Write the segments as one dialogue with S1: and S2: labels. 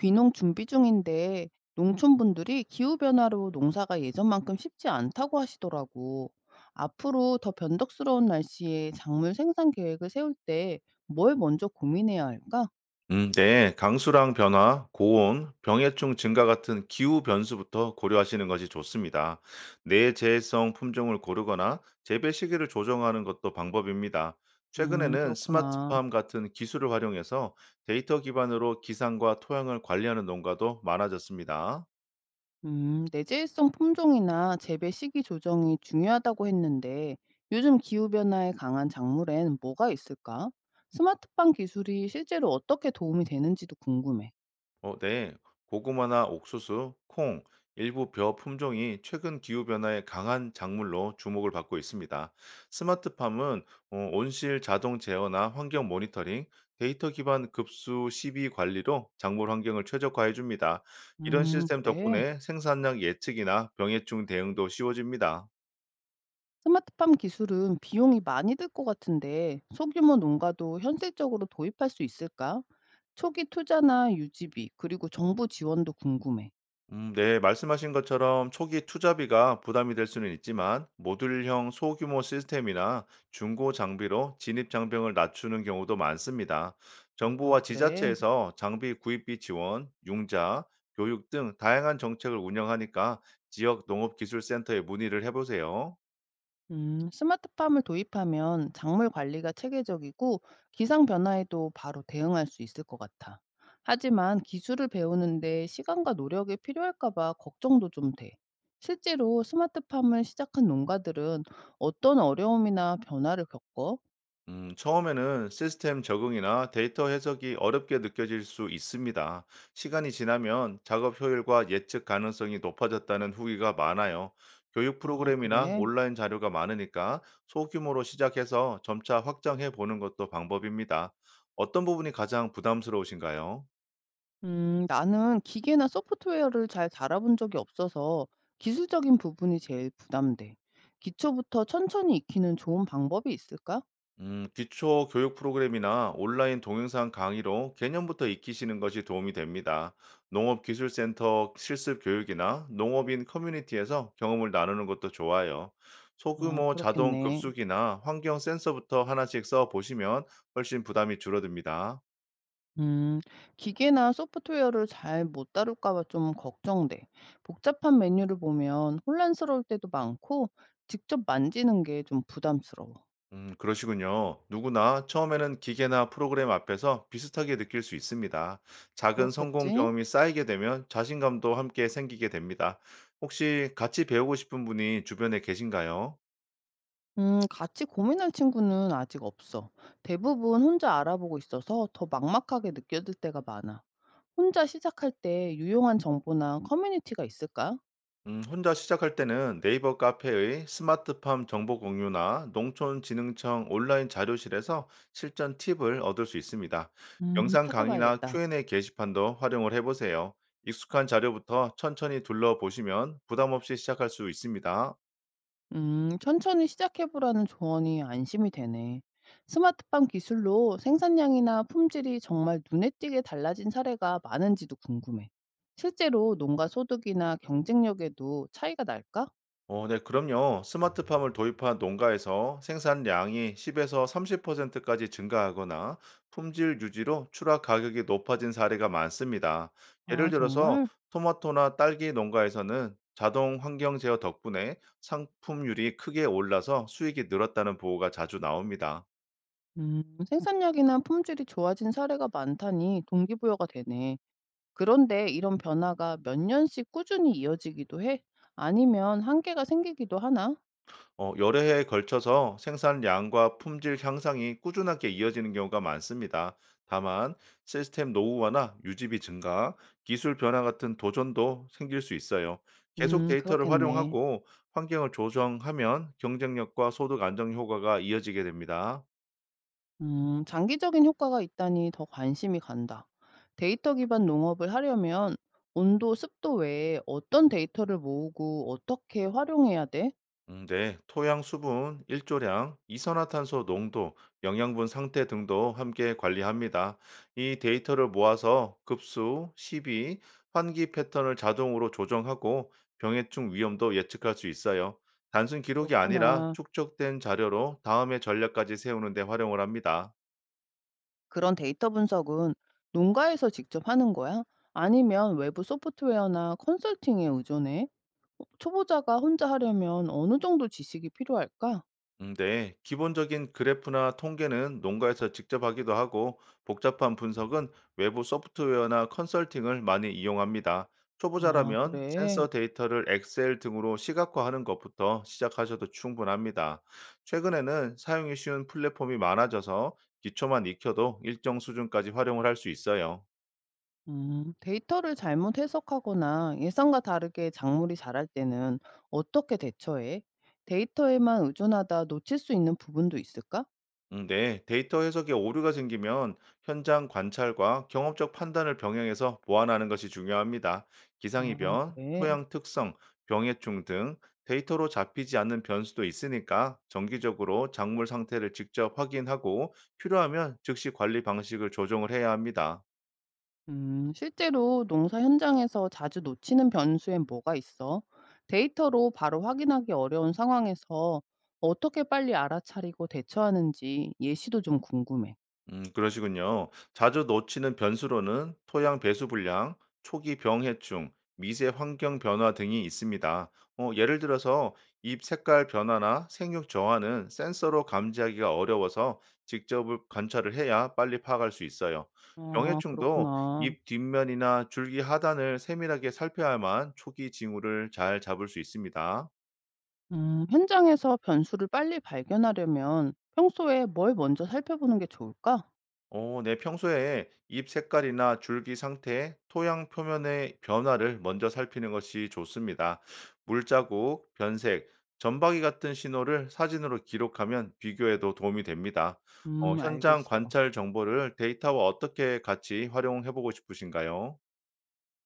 S1: 귀농 준비 중인데 농촌분들이 기후변화로 농사가 예전만큼 쉽지 않다고 하시더라고. 앞으로 더 변덕스러운 날씨에 작물 생산 계획을 세울 때 뭘 먼저 고민해야 할까?
S2: 네. 강수량 변화, 고온, 병해충 증가 같은 기후 변수부터 고려하시는 것이 좋습니다. 내재해성 품종을 고르거나 재배 시기를 조정하는 것도 방법입니다. 최근에는
S1: 그렇구나.
S2: 스마트팜 같은 기술을 활용해서 데이터 기반으로 기상과 토양을 관리하는 농가도 많아졌습니다.
S1: 내재성 품종이나 재배 시기 조정이 중요하다고 했는데 요즘 기후변화에 강한 작물엔 뭐가 있을까? 스마트팜 기술이 실제로 어떻게 도움이 되는지도 궁금해.
S2: 어, 네. 고구마나 옥수수, 콩, 일부 벼 품종이 최근 기후변화에 강한 작물로 주목을 받고 있습니다. 스마트팜은 온실 자동 제어나 환경 모니터링, 데이터 기반 급수 시비 관리로 작물 환경을 최적화해 줍니다. 이런 시스템
S1: 그래.
S2: 덕분에 생산량 예측이나 병해충 대응도 쉬워집니다.
S1: 스마트팜 기술은 비용이 많이 들 것 같은데 소규모 농가도 현실적으로 도입할 수 있을까? 초기 투자나 유지비 그리고 정부 지원도 궁금해.
S2: 네, 말씀하신 것처럼 초기 투자비가 부담이 될 수는 있지만 모듈형 소규모 시스템이나 중고 장비로 진입 장벽을 낮추는 경우도 많습니다.
S1: 아,
S2: 정부와
S1: 그래.
S2: 지자체에서 장비 구입비 지원, 융자, 교육 등 다양한 정책을 운영하니까 지역 농업기술센터에 문의를 해보세요.
S1: 음, 스마트팜을 도입하면 작물 관리가 체계적이고 기상 변화에도 바로 대응할 수 있을 것 같아. 하지만 기술을 배우는데 시간과 노력이 필요할까봐 걱정도 좀 돼. 실제로 스마트팜을 시작한 농가들은 어떤 어려움이나 변화를 겪어?
S2: 처음에는 시스템 적응이나 데이터 해석이 어렵게 느껴질 수 있습니다. 시간이 지나면 작업 효율과 예측 가능성이 높아졌다는 후기가 많아요. 교육
S1: 아,
S2: 프로그램이나
S1: 그래?
S2: 온라인 자료가 많으니까 소규모로 시작해서 점차 확장해 보는 것도 방법입니다. 어떤 부분이 가장 부담스러우신가요?
S1: 나는 기계나 소프트웨어를 잘 달아본 적이 없어서 기술적인 부분이 제일 부담돼. 기초부터 천천히 익히는 좋은 방법이 있을까?
S2: 기초 교육 프로그램이나 온라인 동영상 강의로 개념부터 익히시는 것이 도움이 됩니다. 농업기술센터 실습 교육이나 농업인 커뮤니티에서 경험을 나누는 것도 좋아요.
S1: 아,
S2: 소규모 자동
S1: 그렇겠네.
S2: 급수기나 환경 센서부터 하나씩 써 보시면 훨씬 부담이 줄어듭니다.
S1: 음, 기계나 소프트웨어를 잘 못 다룰까 봐 좀 걱정돼. 복잡한 메뉴를 보면 혼란스러울 때도 많고 직접 만지는 게 좀 부담스러워.
S2: 그러시군요. 누구나 처음에는 기계나 프로그램 앞에서 비슷하게 느낄 수 있습니다. 작은 성공
S1: 그렇겠지?
S2: 경험이 쌓이게 되면 자신감도 함께 생기게 됩니다. 혹시 같이 배우고 싶은 분이 주변에 계신가요?
S1: 같이 고민할 친구는 아직 없어. 대부분 혼자 알아보고 있어서 더 막막하게 느껴질 때가 많아. 혼자 시작할 때 유용한 정보나 커뮤니티가 있을까?
S2: 혼자 시작할 때는 네이버 카페의 스마트팜 정보 공유나 농촌진흥청 온라인 자료실에서 실전 팁을 얻을 수 있습니다. 영상 강의나
S1: 찾아봐야겠다.
S2: Q&A 게시판도 활용을 해보세요. 익숙한 자료부터 천천히 둘러보시면 부담 없이 시작할 수 있습니다.
S1: 천천히 시작해보라는 조언이 안심이 되네. 스마트팜 기술로 생산량이나 품질이 정말 눈에 띄게 달라진 사례가 많은지도 궁금해. 실제로 농가 소득이나 경쟁력에도 차이가 날까?
S2: 어, 네, 그럼요. 스마트팜을 도입한 농가에서 생산량이 10에서 30%까지 증가하거나 품질 유지로 추락 가격이 높아진 사례가 많습니다. 예를
S1: 아,
S2: 들어서
S1: 정말?
S2: 토마토나 딸기 농가에서는 자동 환경 제어 덕분에 상품률이 크게 올라서 수익이 늘었다는 보고가 자주 나옵니다.
S1: 음, 생산량이나 품질이 좋아진 사례가 많다니 동기부여가 되네. 그런데 이런 변화가 몇 년씩 꾸준히 이어지기도 해? 아니면 한계가 생기기도 하나?
S2: 여러 해에 걸쳐서 생산량과 품질 향상이 꾸준하게 이어지는 경우가 많습니다. 다만 시스템 노후화나 유지비 증가, 기술 변화 같은 도전도 생길 수 있어요. 계속 데이터를
S1: 그렇겠네.
S2: 활용하고 환경을 조정하면 경쟁력과 소득 안정 효과가 이어지게 됩니다.
S1: 장기적인 효과가 있다니 더 관심이 간다. 데이터 기반 농업을 하려면 온도, 습도 외에 어떤 데이터를 모으고 어떻게 활용해야 돼?
S2: 네, 토양 수분, 일조량, 이산화탄소 농도, 영양분 상태 등도 함께 관리합니다. 이 데이터를 모아서 급수, 시비, 환기 패턴을 자동으로 조정하고 병해충 위험도 예측할 수 있어요. 단순 기록이 아니라
S1: 그렇구나.
S2: 축적된 자료로 다음의 전략까지 세우는 데 활용을 합니다.
S1: 그런 데이터 분석은 농가에서 직접 하는 거야? 아니면 외부 소프트웨어나 컨설팅에 의존해? 어, 초보자가 혼자 하려면 어느 정도 지식이 필요할까?
S2: 네. 기본적인 그래프나 통계는 농가에서 직접 하기도 하고, 복잡한 분석은 외부 소프트웨어나 컨설팅을 많이 이용합니다.
S1: 아,
S2: 초보자라면
S1: 그래?
S2: 센서 데이터를 엑셀 등으로 시각화하는 것부터 시작하셔도 충분합니다. 최근에는 사용이 쉬운 플랫폼이 많아져서 기초만 익혀도 일정 수준까지 활용을 할 수 있어요.
S1: 음, 데이터를 잘못 해석하거나 예상과 다르게 작물이 자랄 때는 어떻게 대처해? 데이터에만 의존하다 놓칠 수 있는 부분도 있을까?
S2: 네, 데이터 해석에 오류가 생기면 현장 관찰과 경험적 판단을 병행해서 보완하는 것이 중요합니다.
S1: 아,
S2: 기상이변,
S1: 그래?
S2: 토양 특성, 병해충 등 데이터로 잡히지 않는 변수도 있으니까 정기적으로 작물 상태를 직접 확인하고 필요하면 즉시 관리 방식을 조정을 해야 합니다.
S1: 음, 실제로 농사 현장에서 자주 놓치는 변수엔 뭐가 있어? 데이터로 바로 확인하기 어려운 상황에서 어떻게 빨리 알아차리고 대처하는지 예시도 좀 궁금해.
S2: 그러시군요. 자주 놓치는 변수로는 토양 배수 불량, 초기 병해충, 미세 환경 변화 등이 있습니다. 예를 들어서 잎 색깔 변화나 생육 저하는 센서로 감지하기가 어려워서 직접 관찰을 해야 빨리 파악할 수 있어요.
S1: 아,
S2: 병해충도
S1: 그렇구나.
S2: 잎 뒷면이나 줄기 하단을 세밀하게 살펴야만 초기 징후를 잘 잡을 수 있습니다.
S1: 현장에서 변수를 빨리 발견하려면 평소에 뭘 먼저 살펴보는 게 좋을까?
S2: 어, 네, 평소에 잎 색깔이나 줄기 상태, 토양 표면의 변화를 먼저 살피는 것이 좋습니다. 물자국, 변색, 점박이 같은 신호를 사진으로 기록하면 비교에도 도움이 됩니다. 현장
S1: 알겠어.
S2: 관찰 정보를 데이터와 어떻게 같이 활용해 보고 싶으신가요?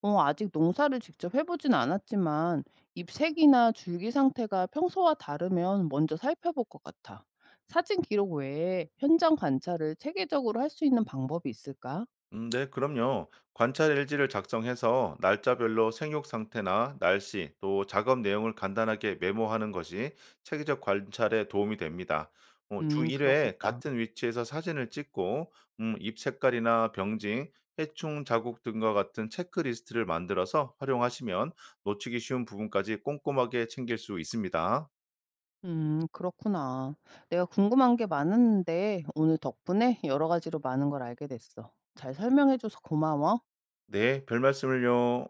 S1: 어, 아직 농사를 직접 해보진 않았지만 잎색이나 줄기 상태가 평소와 다르면 먼저 살펴볼 것 같아. 사진 기록 외에 현장 관찰을 체계적으로 할 수 있는 방법이 있을까?
S2: 네, 그럼요. 관찰 일지를 작성해서 날짜별로 생육 상태나 날씨, 또 작업 내용을 간단하게 메모하는 것이 체계적 관찰에 도움이 됩니다. 주 1회
S1: 그렇겠다.
S2: 같은 위치에서 사진을 찍고, 잎 색깔이나 병증, 해충 자국 등과 같은 체크리스트를 만들어서 활용하시면 놓치기 쉬운 부분까지 꼼꼼하게 챙길 수 있습니다.
S1: 그렇구나. 내가 궁금한 게 많았는데 오늘 덕분에 여러 가지로 많은 걸 알게 됐어. 잘 설명해줘서 고마워.
S2: 네, 별 말씀을요.